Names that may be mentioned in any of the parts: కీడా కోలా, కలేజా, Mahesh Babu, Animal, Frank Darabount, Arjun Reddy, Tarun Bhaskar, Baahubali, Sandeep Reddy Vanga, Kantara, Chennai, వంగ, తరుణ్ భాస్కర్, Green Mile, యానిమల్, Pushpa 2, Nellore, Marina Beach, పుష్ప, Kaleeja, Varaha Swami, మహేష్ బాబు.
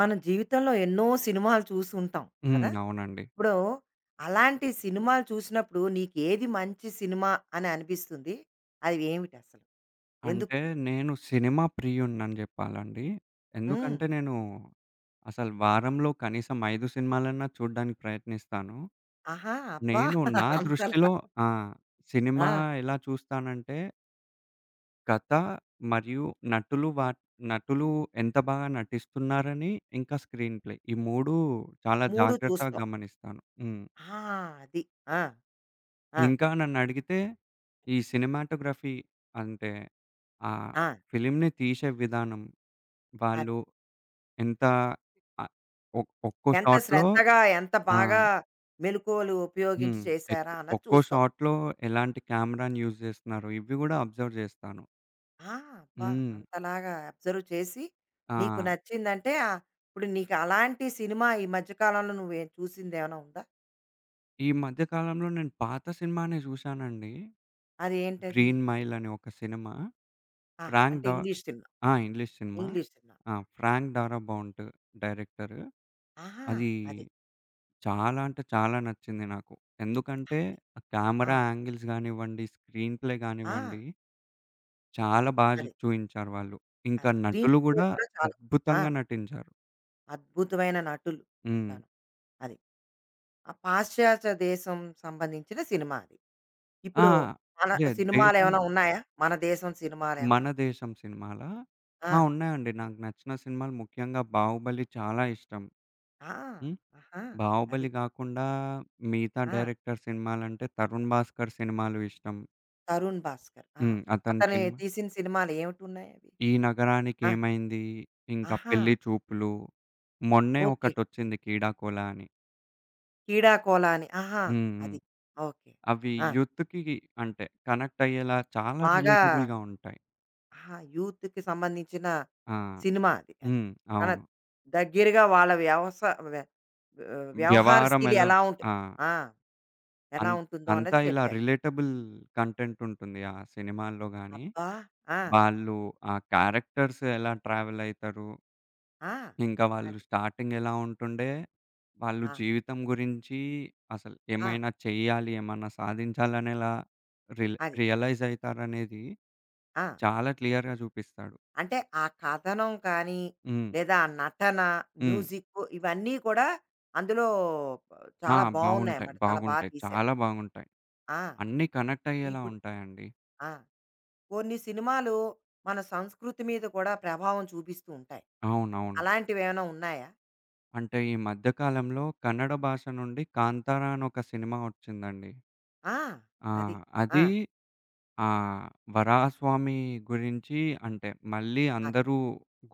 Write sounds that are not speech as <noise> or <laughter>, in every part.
మనం జీవితంలో ఎన్నో సినిమాలు చూసి ఉంటాం హ్మ్. కదా! అవునండి. ఇప్పుడు అలాంటి సినిమాలు చూసినప్పుడు నీకేది మంచి సినిమా అని అనిపిస్తుంది? అది ఏమిటసలు? ఎందుకు? అంటే నేను సినిమా ప్రియుడినని జెప్పాలండి. హ్మ్. ఎందుకంటే నేను అసలు వారంలో కనీసం 5 సినిమాలన్నా చూడ్డానికి ప్రయత్నిస్తాను. ఆహా! అబ్బా! నేను నా <laughs> అంతలా దృష్టిలో ఆ! సినిమా ఆ! ఎలా చూస్తానంటే కథ మరియు నటులు వా నటులు ఎంత బాగా నటిస్తున్నారని, ఇంకా స్క్రీన్ ప్లే ఈ 3 చాలా 3 జాగ్రత్తగా చూస్తావు. గమనిస్తాను. హ్మ్. ఆ! అది. ఆ! ఆ! ఇంకా నన్నడిగితే ఈ సినిమాటోగ్రఫీ అంటే ఆ ఆ! ఫిల్మ్‌ని తీసే విధానం అది. వాళ్ళు ఎంత ఆహ్, ఒక్కో ఎంత షాట్‌లో శ్రద్ధగా, ఎంత ఆ! బాగా మెళకువలు హ్మ్. ఉపయోగించి ఎక్ చేశారా అన్నది ఒక్కో చూస్తావు. షాట్‌లో ఎలాంటి కెమెరాని యూజ్ చేస్తున్నారు ఇవి గూడా అబ్జర్వ్ చేస్తాను. ఆ! అబ్బా! హ్మ్. అంతలాగా అబ్జర్వ్ చేసి ఆ! నీకు నచ్చిందంటే ఇప్పుడు నీకు అలాంటి సినిమా ఈ మధ్య కాలంలో నువ్వే చూసిందేమైనా ఉందా? ఈ మధ్య కాలంలో నేను పాత సినిమానే చూశానండి. అదేంటది? 'గ్రీన్ అది మైల్' అనే ఒక సినిమా. ఆహా! ఫ్రాంక్ అంటే డా ఇంగ్లీష్ సినిమా. ఆ! English cinema. English cinema. ఆ! Frank Darabont director. ఆహా! అది అది. చాలా అంటే చాలా నచ్చింది నాకు. ఎందుకంటే, అది. ఆ ఆ! కెమెరా యాంగిల్స్ గానివ్వండి, స్క్రీన్ ప్లే ఆ! గానివ్వండి చాలా బా జు అది. చూయించారు వాళ్ళు. ఆ ఇంకా స్క్రీన్ నటులు ప్లే గూడా కూడా చాలా ఆ! అద్భుతంగా నటించారు. అద్భుతమైన నటులు హ్మ్. అంతాను. అది. ఆ పాశ్చాత్య దేశం సంబంధించిన సినిమా అది. ఆ! ఇప్పుడు మన యాహ్! సినిమాలేమైనా ఉన్నాయా? మన దేశం సినిమాలేమైనా? 'మన దేశం' సినిమాలా? ఆ! ఆ! ఉన్నాయండి. నాకు నచ్చిన సినిమాలు ముఖ్యంగా 'బాహుబలి' చాలా ఇష్టం. ఆ! హ్మ్. ఆహా! అది. 'బాహుబలి' గాకుండా మిగతా ఆ! డైరెక్టర్ సినిమాలంటే 'తరుణ్ భాస్కర్' సినిమాలు ఇష్టం. 'తరుణ్ భాస్కర్.' ఆహా! హ్మ్. అతని అతను సినిమా తీసిన సినిమాలు ఏమిటున్నాయి అవి? 'ఈ ఆ! నగరానికేమైంది', ఇంకా ఆహా! 'పెళ్లి చూపులు', మొన్నే ఓకే. ఒకటొచ్చింది 'కీడాకోల' అని. 'కీడా కోలా' అని. ఆహా! హ్మ్. హ్మ్. అది. ఓకే. అవి ఆ! యూత్‌కి అంటే కనెక్ట్ అయ్యేలా చాలా బాగా రిలేటబుల్‌గా ఉంటాయి. ఆహా! యూత్‌కి సంబంధించిన ఆ! సినిమా అది. అది. హ్మ్. కానీ అవును. దగ్గరగా వాళ్ళ వ్య వ్యవహారం వ్యవహారశీలి ఎలా ఎలా ఆ! ఉంటుంది ఆ! అన్ ఎలా ఉంటుందో అంతా అన్నది ఇలా చెప్పారు. రిలేటబుల్ కంటెంట్ ఉంటుంది ఆ సినిమాల్లో గాని. అబ్బా! ఆ! వాళ్ళు ఆ క్యారెక్టర్స్ ఎలా ట్రావెల్ అయితారు, ఆ! ఇంకా వాళ్ళు అది. స్టార్టింగ్ ఎలా ఉంటుండే, వాళ్ళు ఆ! జీవితం గురించి అసలు ఆ! ఏమైనా చేయాలి, ఏమన్నా సాధించాలని ఎలా అది. రియలైజ్ అయితారనేది ఆ! చాలా క్లియర్‌గా చూపిస్తాడు. అంటే ఆ కథనం కానీ, హ్మ్. లేదా ఆ నటన, హ్మ్. మ్యూజిక్కు ఇవన్నీ కూడా అందులో ఆ! చాలా బావుంటాయి. బావున్నాయన్నమాట. చాలా బా బాగుంటాయి. తీశారు. చాలా బాగుంటాయి. ఆ! అన్నీ కనెక్ట్ అయ్యేలా ఇప్పుడు ఉంటాయండి. ఆ! కొన్ని సినిమాలు మన సంస్కృతి మీద కూడా ప్రభావం చూపిస్తూ ఉంటాయి. అవునవును. అలాంటివేమైనా ఉన్నాయా? అంటే ఈ మధ్య కాలంలో కన్నడ భాష నుండి 'కాంతారా' అని ఒక సినిమా వచ్చిందండి. ఆ! ఆ! అది. ఆ! అది ఆహ్, వరాహస్వామి గురించి అంటే మళ్ళీ అది. అందరూ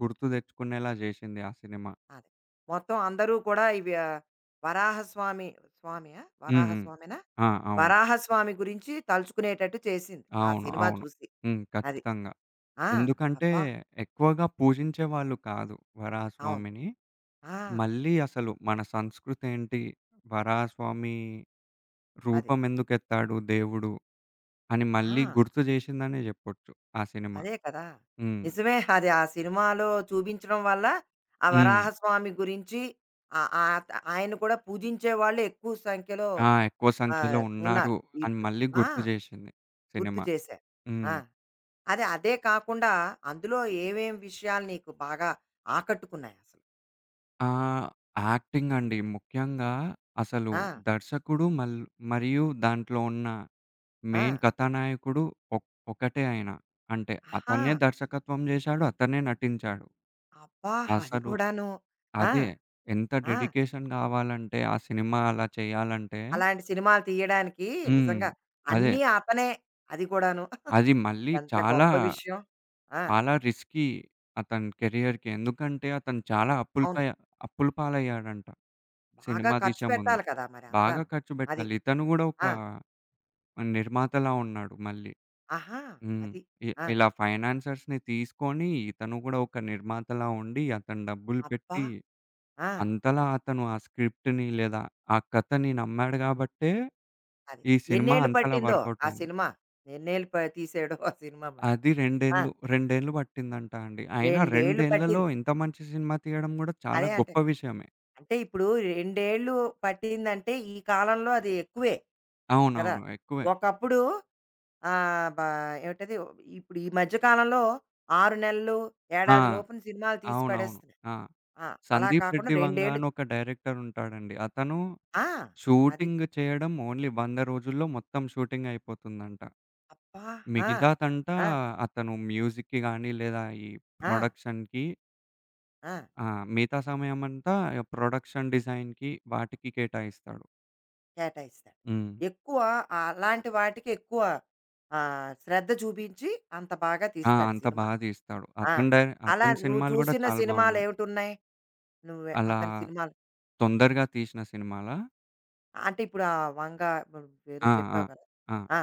గుర్తు తెచ్చుకునేలా జేసింది ఆ సినిమా. అదే. మొత్తం అందరూ కూడా ఇవి వరాహస్వామి స్వామియా? హ్మ్. హ్మ్. వరాహస్వామేనా? ఆ! అవును. వరాహస్వామి గురించి తలుచుకునేటట్టు చేసింది. ఆ అవును. సినిమా అవును. చూసి. హ్మ్. అది. ఖచ్చితంగా. ఆ! ఎందుకంటే అబ్బా! ఎక్కువగా పూజించేవాళ్ళు కాదు అవును. వరాహస్వామిని. ఆ! మళ్ళీ అసలు మన సంస్కృతేంటి? వరాహస్వామి అది. రూపం ఎందుకెత్తాడు దేవుడు అని ఆ! మళ్ళీ గుర్తు జేషిందనే జెప్పొచ్చు ఆ సినిమా. అదే కదా! హ్మ్. నిజమే. అది ఆ సినిమాలో చూపించడం వల్ల, ఆ హ్మ్. వరాహస్వామి గురించి ఆహ్, ఆహ్, త ఆయన కూడా పూజించేవాళ్ళు ఎక్కువ సంఖ్యలో ఆ! ఎక్కువ సంఖ్యలో ఆహ్, ఉన్నారు ఉన్నారు అని ఇప్పుడు. మళ్ళీ ఆ! గుర్తు జేషింది గుర్తు సినిమా. చేశారు. ఆ! హ్మ్. అదే కాకుండా అందులో ఏమేం విషయాలు నీకు బాగా ఆకట్టుకున్నాయసలు? ఆహ్, యాక్టింగ్ అండి. ముఖ్యంగా అసలు ఆ! దర్శకుడు మల్ మరియు దాంట్లో ఉన్న ఆ! మెయిన్ కథానాయకుడు ఒక్ ఒకటే ఆయన. అంటే ఆహా! అతనే దర్శకత్వం జేశాడు. అతనే నటించాడు. అబ్బా! అది అసలు కూడాను. ఆ! అదే. ఎంత ఆ! డెడికేషన్ గావాలంటే, ఆ సినిమా అలా చేయాలంటే అలాంటి సినిమాలు తీయడానికి హ్మ్. నిజంగా అదే. అన్నీ అతనే. అది కూడాను. అది మళ్ళీ ఎంత చాలా, గొప్ప విషయం. ఆ! చాలా రిస్కీ అతని కెరియర్‌కి. ఎందుకంటే, అతను చాలా అప్పుల పై అవును. అప్పుల పాలయ్యాడంట బాగా సినిమా ఖర్చు తీసే ముందు. పెట్టాలి కదా! మరి బాగా అంతాను. ఖర్చు అది. పెట్టాలి. ఇతను గూడా ఒక ఆ! నిర్మాతలా ఉన్నాడు మళ్ళీ. ఆహా! హ్మ్. అది. ఆ! ఇలా ఫైనాన్సర్స్‌ని తీసుకొని, ఇతను గూడా ఒక నిర్మాతలా ఉండి, అతను డబ్బులు అబ్బా! పెట్టి, ఆ! అంతలా అతను ఆ స్క్రిప్ట్‌ని లేదా ఆ కథని నమ్మాడు గాబట్టే అది. ఈ సినిమా ఎన్నేళ్ళు అంతలా పట్టిందో వర్కౌట్ ఆ అయింది. సినిమా? ఎన్నేళ్ళు ప తీసాడో ఆ సినిమా మరి? అది 2 ఆ! ఏళ్ళు, 2 ఏళ్ళు పట్టిందంట అండి. అయినా 2 2 ఏళ్ళు ఏళ్లలో పట్టింది. ఇంత మంచి సినిమా తీయడం గూడా చాలా అదే అంటే, గొప్ప విషయమే. అంటే ఇప్పుడు 2 ఏళ్ళు పట్టిందంటే ఈ కాలంలో అది ఎక్కువే కదా! అవునవును. ఎక్కువే. ఒకప్పుడు ఆ! బా ఏమిటది ఇప్పుడు ఈ మధ్య కాలంలో 6 నెలలు, ఆ! ఏడాది లోపున సినిమాలు తీసి అవునవును. పడేస్తున్నారు. ఆ! ఆ! అలా 'సందీప్ కాకుండా రెడ్డి 2 వంగ' ఏళ్ళు అని ఒక డైరెక్టర్ ఉంటాడండి. అతను ఆ! అది. షూటింగ్ చేయడం ఓన్లీ 100 రోజుల్లో మొత్తం షూటింగ్ అయిపోతుందంట. అబ్బా! ఆ! మిగతాదంతా ఆ! అతను మ్యూజిక్‌కి గానీ, లేదా ఈ ఆ! ప్రొడక్షన్‌కి ఆ! ఆ! మిగతా సమయమంతా ప్రొడక్షన్ డిజైన్‌కి వాటికి కేటాయిస్తాడు. కేటాయిస్తాడు. హ్మ్. ఎక్కువ అలాంటి వాటికి ఎక్కువ శ్రద్ధ చూపించి అంత బాగా ఆ! తీస్తాడు అంత బా సినిమా. తీస్తాడు. ఆ! అలా అతని నువ్వు సినిమాలు గూడా చూసిన చాలా బాగున్నాయి. సినిమాలేవిటున్నాయి? నువ్వే అలా అతని సినిమాలు తొందరగా తీసిన సినిమాలా? అంటే ఇప్పుడు ఆ 'వంగ' ఏదో ఆ! ఆ! చెప్పావు కదా! ఆ! ఆ!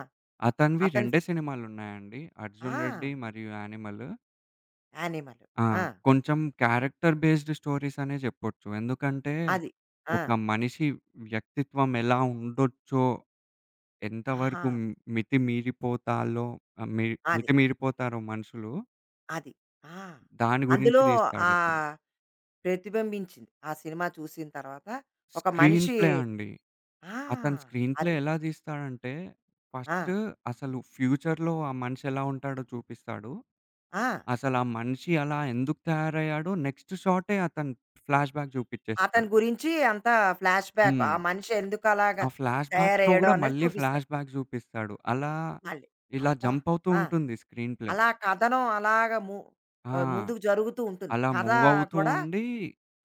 అతనివి అతని 2 సినిమాలున్నాయండి. ఆ! 'అర్జున్ రెడ్డి' మరియు 'యానిమల్'. 'యానిమల్' ఆ! ఆ! కొంచెం క్యారెక్టర్ బేస్డ్ స్టోరీస్ అనే జెప్పొచ్చు. ఎందుకంటే, అది. ఆ! ఒక మనిషి వ్యక్తిత్వం ఎలా ఉండొచ్చో, ఆహా! ఎంతవరకు మ్ మితి మీరిపోతాలో ఆహ్, మి అది. మితిమీరిపోతారో మనుషులు, అది. ఆ! దాని గురించి అందులో తీస్తాడతను. ఆహ్, ప్రతిబింబించింది. ఆ సినిమా చూసిన తర్వాత ఒక స్క్రీన్ మనిషి ప్లే అండి. ఆ! అతను స్క్రీన్ ప్లే అది. ఎలా తీస్తాడంటే, ఆ! ఫస్ట్ అసలు ఫ్యూచర్‌లో ఆ మనిషి ఎలా ఉంటాడో చూపిస్తాడు. ఆ! అసలు ఆ మనిషి అలా ఎందుకు తయారయ్యాడో నెక్స్ట్ షాటే అతను ఫ్లాష్ బ్యాక్ చూపించేస్తాడు. అతని గురించి అంతా ఫ్లాష్ బ్యాక్. హ్మ్. ఆ మనిషి ఆ ఎందుకలాగా ఫ్లాష్ బ్యాక్‌లో తయారయ్యాడో గూడా అన్నది మళ్ళీ ఫ్లాష్ చూపిస్తారు బ్యాక్ చూపిస్తాడు. మళ్ళీ. ఇలా అబ్బా! జంప్ అవుతూ ఆ! ఉంటుంది స్క్రీన్ ప్లే. అలా కథనం అలాగా ము ఆహ్, ఆ! ముందుకు జరుగుతూ ఉంటుంది. అలా కథ మూవ్ అవుతూ కూడా ఉండి,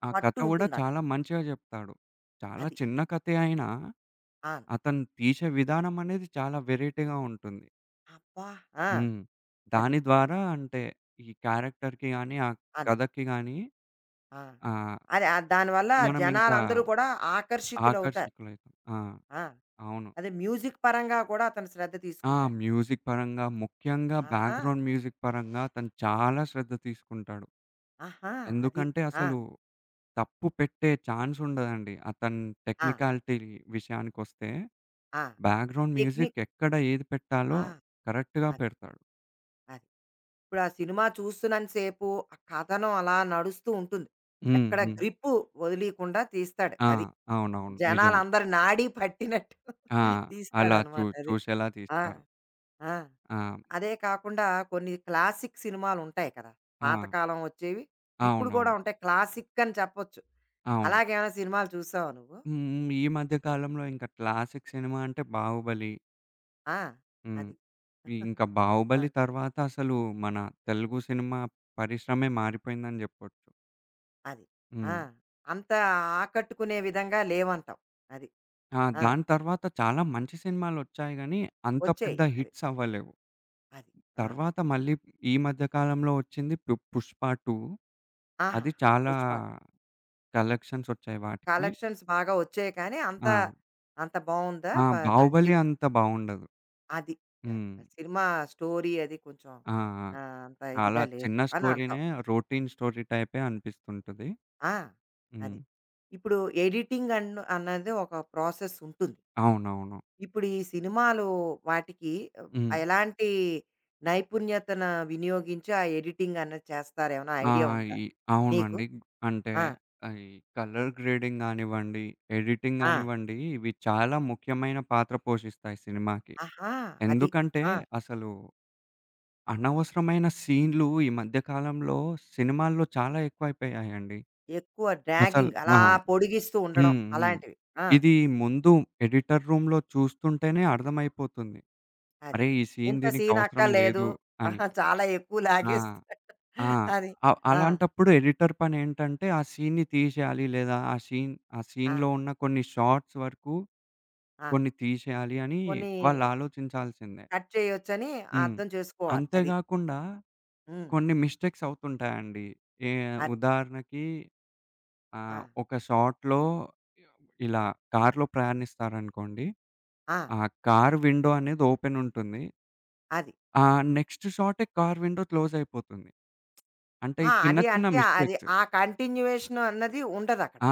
ఆ కథ పట్టు గూడా ఉంటుందక్కడ. చాలా మంచిగా చెప్తాడు. చాలా అది. చిన్న కథే అయినా, అవును. అతను తీసే విధానం అనేది చాలా వెరైటీగా ఉంటుంది. అబ్బా! ఆ! హ్మ్. అది. దాని ద్వారా అంటే ఈ క్యారెక్టర్‌కి గాని, ఆ అది. కథకి గాని ఆ! ఆహ్, దానివల్ల మనమింకా జనాలందరూ కూడా ఆకర్షితులవుతారు. ఆకర్షికులైతాం. ఆ! ఆ! అవును. అదే మ్యూజిక్ పరంగా కూడా అతను శ్రద్ధ ఆ! తీసుకుంటాడు. మ్యూజిక్ పరంగా ముఖ్యంగా ఆహా! బ్యాక్‌గ్రౌండ్ మ్యూజిక్ పరంగా తను చాలా శ్రద్ధ తీసుకుంటాడు. ఆహా! అది. ఎందుకంటే ఆ! అసలు తప్పు పెట్టే ఛాన్స్ ఉండదండి. అతని ఆ! టెక్నికాలిటీ విషయానికొస్తే ఆ! బ్యాక్‌గ్రౌండ్ మ్యూజిక్ టెక్నిక్ ఎక్కడ ఏది పెట్టాలో ఆ! కరెక్ట్‌గా అది. పెడతాడు. అది. ఇప్పుడు ఆ సినిమా చూస్తున్నంత సేపు ఆ కథనం అలా నడుస్తూ ఉంటుంది. హ్మ్. ఎక్కడ హ్మ్. గ్రిప్పు వదిలీకుండా తీస్తాడు. ఆ! అది. అవునవును. నిజమే. జనాలందరి నాడి పట్టినట్టు ఆ! <laughs> అలా తీస్తాడనమాట అది. చూసేలా ఆ! తీస్తారు. ఆ! ఆ! అదే కాకుండా కొన్ని క్లాసిక్ సినిమాలుంటాయి కదా! ఆ! పాతకాలం వచ్చేవి. ఇప్పుడు అవునవును. కూడా ఉంటాయి. క్లాసిక్ అని చెప్పొచ్చు. అవును. అలాగేమైనా సినిమాలు చూసావా నువ్వు? హ్మ్. హ్మ్. ఈ మధ్య కాలంలో ఇంకా క్లాసిక్ సినిమా అంటే 'బాహుబలి'. ఆ! హ్మ్. అది. ఇంకా ఆ! 'బాహుబలి' తర్వాత అసలు మన తెలుగు సినిమా పరిశ్రమే మారిపోయిందని జెప్పొచ్చు. అది. ఆ! హ్మ్. అంత ఆకట్టుకునే విధంగా లేవంటావు. అది. ఆ! ఆ! దాని తర్వాత చాలా మంచి సినిమాలొచ్చాయి గానీ, అంత వచ్చేయి. పెద్ద అది. హిట్స్ అవ్వలేవు. అది. ఆ! తర్వాత మళ్ళీ ఈ మధ్య కాలంలో వచ్చింది 'పుష్ప 2'. అది ఆహాహా! చాలా 'పుష్ప' కలెక్షన్స్ ఒచ్చాయి వాటికి. కలెక్షన్స్ బాగా వచ్చాయి కానీ అంత, ఆ! అంత బావుందా? ఆ! బ మరి 'బాహుబలి' సినిమా అంత బావుండదు. అది. యాహ్! హ్మ్. సినిమా స్టోరీ అది కొంచెం ఆ! ఆ! అంత చాలా ఇదిగా లేదు చిన్న అని అంటావు. స్టోరీనే రొటీన్ స్టోరీ టైపే అనిపిస్తుంటది. ఆ! అది. హ్మ్. ఇప్పుడు ఎడిటింగ్ అన్ అన్నది ఒక ప్రాసెస్ ఉంటుంది. అవునవును. ఇప్పుడు ఈ సినిమాలు వాటికి హ్మ్. ఎలాంటి నైపుణ్యతను వినియోగించి ఆ ఎడిటింగ్ అన్నది చేస్తారు? ఏమైనా ఆ! ఐడియా ఉందా ఈ నీకు? అవునండి. అంటే ఆ! ఈ కలర్ గ్రేడింగ్ గానివ్వండి, ఎడిటింగ్ ఆ! గానివ్వండి, ఇవి చాలా ముఖ్యమైన పాత్ర పోషిస్తాయి సినిమాకి. ఆహా! అది. ఎందుకంటే ఆ! అసలు అనవసరమైన సీన్‌లు ఈ మధ్య కాలంలో సినిమాల్లో చాలా ఎక్కువైపోయాయండి. ఎక్కువ అసలు డ్రాగింగ్ అలా ఆ! పొడిగిస్తూ ఉండడం హ్మ్. హ్మ్. అలాంటివి. ఆ! ఇది ముందు ఎడిటర్ రూమ్‌లో చూస్తుంటేనే అర్థమైపోతుంది. అది. అరే! ఈ సీన్ ఇంత సీన్ దీనికవసరం అక్కర్లేదు. లేదు అని. ఆహా! చాలా ఎక్కువ ఆ! లాగేస్తున్నాడు. ఆ! అది. ఆ! అలాంటప్పుడు ఎడిటర్ పనేంటంటే, ఆ సీన్‌ని తీసేయాలి లేదా ఆ సీన్ ఆ ఆ! సీన్‌లో ఉన్న కొన్ని షార్ట్స్ వరకు ఆ! కొన్ని తీసేయాలి అని కొన్ని వాళ్ళు ఆలోచించాల్సిందే. కట్ చేయొచ్చని హ్మ్. అర్థం చేసుకోవాలి. అది. అంతేగాకుండా హ్మ్. కొన్ని మిస్టేక్స్ అవుతుంటాయండి. ఏ అది. ఉదాహరణకి ఆ! ఒక షాట్‌లో ఇలా కారులో ప్రయాణిస్తారనుకోండి. ఆ! ఆ కారు విండో అనేది ఓపెనుంటుంది. అది. ఆ నెక్స్ట్ షాటే కారు విండో క్లోజయిపోతుంది. అంటే ఈ ఆ! చిన్న అది చిన్న అంటే అది మిస్టేక్స్. ఆ కంటిన్యూయేషన్ అన్నది ఉండదక్కడ. ఆ!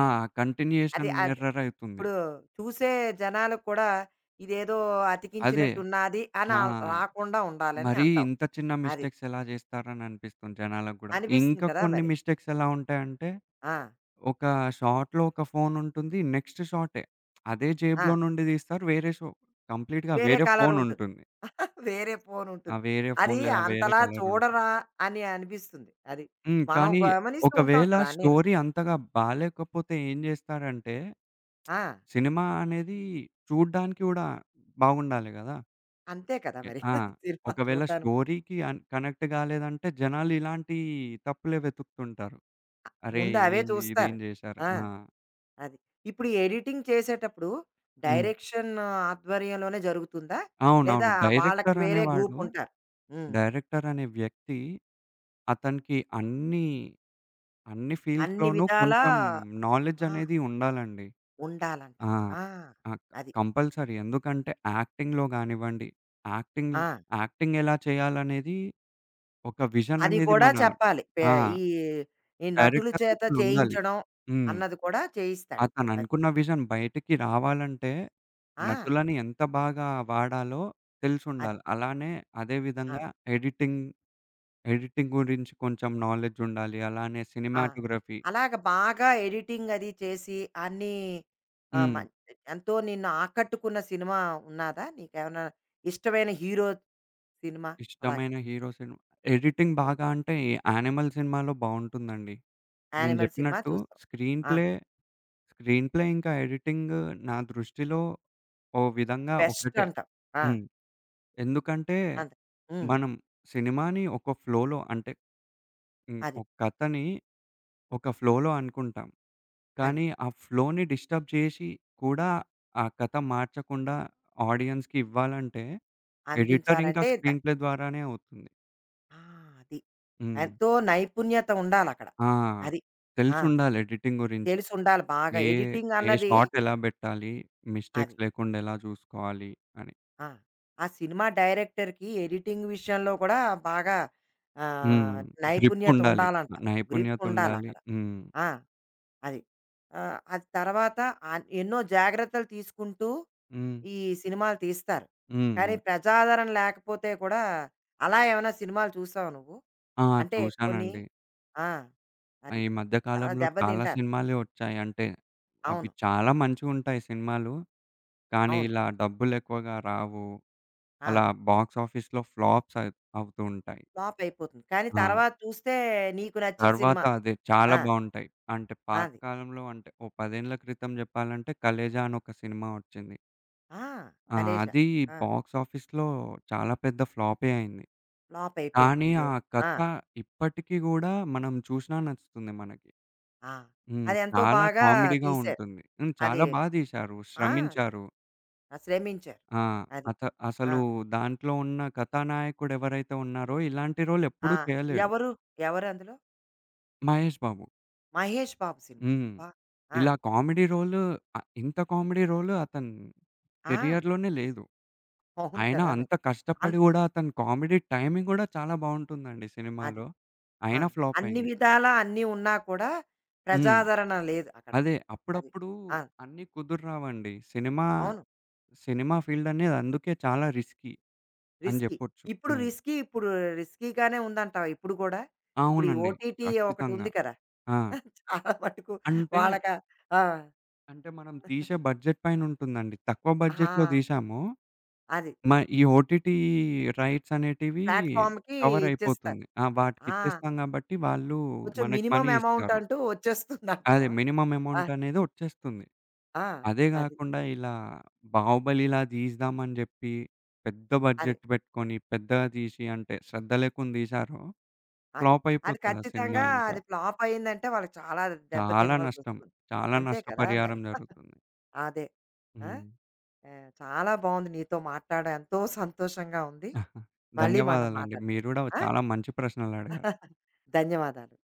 అది కంటిన్యూయేషన్ అది ఎర్రర్ అయితుంది. ఇప్పుడు చూసే జనాలకు కూడా ఇదేదో అదే. అతికించినట్టున్నాది అని ఆ! రాకుండా ఉండాలని మరీ అంటావు. ఇంత చిన్న అది. మిస్టేక్స్ ఎలా జేస్తారని అనిపిస్తుంది జనాలకు గూడా. అనిపిస్తుంది ఇంకా కదా కొన్ని మరి. మిస్టేక్స్ ఎలా ఉంటాయంటే, ఆ! ఒక షాట్‌లో ఒక ఫోన్ ఉంటుంది. నెక్స్ట్ షాటే. అదే ఆ! జేబులో నుండి తీస్తారు. వేరే షో కంప్లీట్‌గా వేరే వేరే కలర్ ఫోన్ ఉంటుంది. ఉంటుంది. <laughs> వేరే ఫోన్ ఆ ఉంటుంది. వేరే ఫోన్ అది లేదా వేరే అంతలా కలర్ ఉంటుంది. చూడరా అని అనిపిస్తుంది. అది. హ్మ్. మనం కానీ గమనిస్తూ ఉంటాం ఒకవేళ కదా అన్నీను. స్టోరీ అంతగా బాలేకపోతే ఏం జేస్తారంటే, ఆ! సినిమా అనేది చూడ్డానికి గూడా బాగుండాలి గదా! అంతే కదా ఓకే. మరి ఆ! <laughs> సినిమా ఒకవేళ చూడ్డానికి. స్టోరీకి కనెక్ట్ గాలేదంటే జనాలు ఇలాంటి తప్పులే వెతుకుతుంటారు. అరే! ముందు అవే ఏంది ఇదేం చూస్తారు. జేశారు ఆ! ఆ! అది. ఇప్పుడు ఎడిటింగ్ చేసేటప్పుడు హ్మ్. డైరెక్షన్ ఆధ్వర్యంలోనే జరుగుతుందా? లేదా అవునవును. వాళ్ళకి వేరే గ్రూప్ ఉంటారు. హ్మ్. డైరెక్టర్ అనే వ్యక్తి అతనికి అన్ని అన్ని ఫీల్డ్స్‌లోనూ విధాలా కొంచెం నాలెడ్జ్ ఆ! అనేది ఉండాలండి. ఆ! ఉండాలంటారు. ఆ! ఆ! అది. కంపల్సరీ. ఎందుకంటే యాక్టింగ్‌లో గానివ్వండి, యాక్టింగ్ ఆ! యాక్టింగ్ ఎలా చేయాలనేది ఒక విజన్ అది అనేది కూడా మన చెప్పాలి. ఆ! ఈ, ఈ నటుల డైరెక్టర్ చేత ఒకళ్ళుండాలి. చేయించడం హ్మ్. అన్నది కూడా చేయిస్తాడు. అది. అతననుకున్న విజన్ బయటికి రావాలంటే, ఆ! నటులని ఎంత బాగా వాడాలో అది. తెలిసుండాలి. అలానే అదే ఆ! విధంగా ఎడిటింగ్, ఎడిటింగ్ గురించి కొంచెం నాలెడ్జుండాలి. అలానే ఆ! సినిమాటోగ్రఫీ అలాగ బాగా ఎడిటింగ్ అది చేసి అన్నీ ఆహ్, హ్మ్. మం ఎంతో నిన్ను ఆకట్టుకున్న సినిమా ఉన్నాదా? నీకేమన్నా ఇష్టమైన హీరో సినిమా అలాగా? ఇష్టమైన హీరో సినిమా ఎడిటింగ్ హ్మ్. బాగా అంటే ఈ 'యానిమల్' సినిమాలో బావుంటుందండి. నేను యానిమల్ సినిమా జెప్పినట్టు చూసావు. స్క్రీన్ ఆ! ప్లే, స్క్రీన్ ప్లే ఇంకా ఎడిటింగ్ నా దృష్టిలో ఓ విధంగా బెస్ట్ ఒకటే. అంటావు. ఆ! హ్మ్. ఎందుకంటే అంతే. హ్మ్. మనం సినిమాని ఒక ఫ్లోలో అంటే హ్మ్, అది. ఒక కథని ఒక ఫ్లోలో అనుకుంటాం. అది. కానీ ఆ ఫ్లోని డిస్టర్బ్ చేసి కూడా ఆ కథ మార్చకుండా ఆడియన్స్‌కి ఇవ్వాలంటే ఎడిటర్ ఇంకా అందించాలంటే ద స్క్రీన్ ప్లే ద్వారానే అవుతుంది. ఆ! అది. హ్మ్. ఎంతో నైపుణ్యత ఉండాలక్కడ. ఆ! అది. ఆ! తెలిసుండాలి ఎడిటింగ్ గురించి. తెలిసుండాలి బాగా ఏ ఎడిటింగ్ ఏ అన్నది షాట్ ఎలా బెట్టాలి? అది. మిస్టేక్స్ లేకుండా ఎలా చూసుకోవాలి అని. ఆ! ఆ సినిమా డైరెక్టర్‌కి ఎడిటింగ్ విషయంలో కూడా బాగా హ్మ్. ఆహ్, గ్రిప్ నైపుణ్యత ఉండాలి. ఉండాలంట. గ్రిప్ నైపుణ్యత ఉండాలి. ఉండాలక్కడ. హ్మ్. ఆ! అది. అది తర్వాత ఆన్ ఎన్నో జాగ్రత్తలు తీసుకుంటూ హ్మ్. ఈ సినిమాలు తీస్తారు. హ్మ్. కానీ హ్మ్. ప్రజాదరణ లేకపోతే కూడా అలా ఏమైనా సినిమాలు చూసావా నువ్వు? ఆ! అంటే కొన్ని చూశానండి. ఆ! ఆ! అది. ఈ మధ్య చాలా కాలంలో చాలా దెబ్బతింటారు. సినిమాలే వచ్చాయి. అంటే, అవి అవును. చాలా మంచిగుంటాయి సినిమాలు. కానీ అవును. ఇలా డబ్బులెక్కువగా రావు. ఆ! అలా బాక్స్ ఆఫీస్‌లో ఫ్లాప్స్ అయి అవుతూ ఉంటాయి. ఫ్లాప్ అయిపోతుంది. కానీ ఆ! తర్వాత చూస్తే నీకు నచ్చిన తర్వాత సినిమా. అదే చాలా ఆ! బావుంటాయి. అంటే పాత అది. కాలంలో అంటే, ఓ 10 ఏళ్ల క్రితం జెప్పాలంటే 'కలేజా' అని ఒక సినిమా వచ్చింది. ఆ! ఆ! కలేజా. అది ఆ! బాక్స్ ఆఫీస్‌లో చాలా పెద్ద ఫ్లాపే అయింది. ఫ్లాప్ అయిపోయింది. కానీ అయ్యో! ఆ ఆ! కథ ఇప్పటికి గూడా మనం చూసినా నచ్చుతుంది మనకి. ఆ! హ్మ్. అదెంతో చాలా బాగా కామెడీగా తీశారు. ఉంటుంది. హ్మ్. అది చాలా బా తీశారు. ఆ! శ్రమించారు. శ్రమించారు. ఆ! అది. అత ఆ! అసలు దాంట్లో ఉన్న కథానాయకుడెవరైతే ఉన్నారో ఇలాంటి రోల్ ఆ! ఎప్పుడూ చేయలేడు. ఎవరు? ఎవరు అందులో? మహేష్ బాబు. మహేష్ బాబు సినిమా. హ్మ్. అబ్బా! ఆ! ఇలా కామెడీ రోలు ఇంత కామెడీ రోలు అతని ఆ! కెరియర్‌లోనే లేదు. అవును అయినా కదా! మరి. అంత అన్ కష్టపడి గూడా అతని కామెడీ టైమింగ్ గూడా చాలా బావుంటుందండి అది. సినిమాలో. ఆ! అయినా ఫ్లాప్ అన్ని అయింది. విధాలా అన్నీ ఉన్నా కూడా హ్మ్. ప్రజాదరణ లేదు అక్కడ. అదే అది. అప్పుడప్పుడు ఆ! అన్నీ కుదుర్రావండి. సినిమా అవును. సినిమా ఫీల్డనేది అందుకే చాలా రిస్కీ అని రిస్కీ. జెప్పొచ్చు. హ్మ్. ఇప్పుడు రిస్కీగానే ఉందంటావా ఇప్పుడు గూడా? ఇప్పుడు ఈ అవునండి. ఓటీటీ ఖచ్చితంగా. ఒకటుంది కదా! ఆ! చాలా మటుకు అంటే, వాళ్ళకా ఆ! అంటే మనం తీసే బడ్జెట్ పైనుంటుందండి. తక్కువ బడ్జెట్‌లో ఆ! దీశాము. అది. మ ఈ ఓటీటీ రైట్స్ అనేటివి ప్లాట్‌ఫార్మ్‌కి ఇచ్చేస్తారు. కవరయిపోతుంది. ఆ! ఆ! వాటికిచ్చేస్తాం గాబట్టి వాళ్ళు కొంచెం మనకి మినిమమ్ మనీ అమౌంట్ ఇస్తారు. అంటూ అదే వచ్చేస్తుందంటావా? మినిమమ్ ఆ! అమౌంటనేది ఒచ్చేస్తుంది. ఆ! అదే అది. గాకుండా ఇలా 'బాహుబలి'లా దీస్తామని జెప్పి, పెద్ద అది. బడ్జెట్ బెట్టుకొని, పెద్దగా తీసి అంటే శ్రద్ధ లేకుండా తీశారో అది. ఫ్లాప్ అది అయిపోతది ఆ సినిమా ఖచ్చితంగా ఇంకా. అది ఫ్లాప్ అయిందంటే వాళ్ళకి చాలా దెబ్బ చాలా నష్టం. తినవలసొస్తుంది. చాలా అంతే కదా నష్టపరిహారం మరి. జరుగుతుంది. అదే. ఆ! హ్మ్. చాలా బావుంది నీతో మాట్లాడడం. ఎంతో సంతోషంగా ఉంది. <laughs> మళ్ళీ మనం ధన్యవాదాలండి. మాట్లాడుకుందాం. మీరు గూడా ఆ! చాలా మంచి ప్రశ్నలడిగారు. <laughs> ధన్యవాదాలు.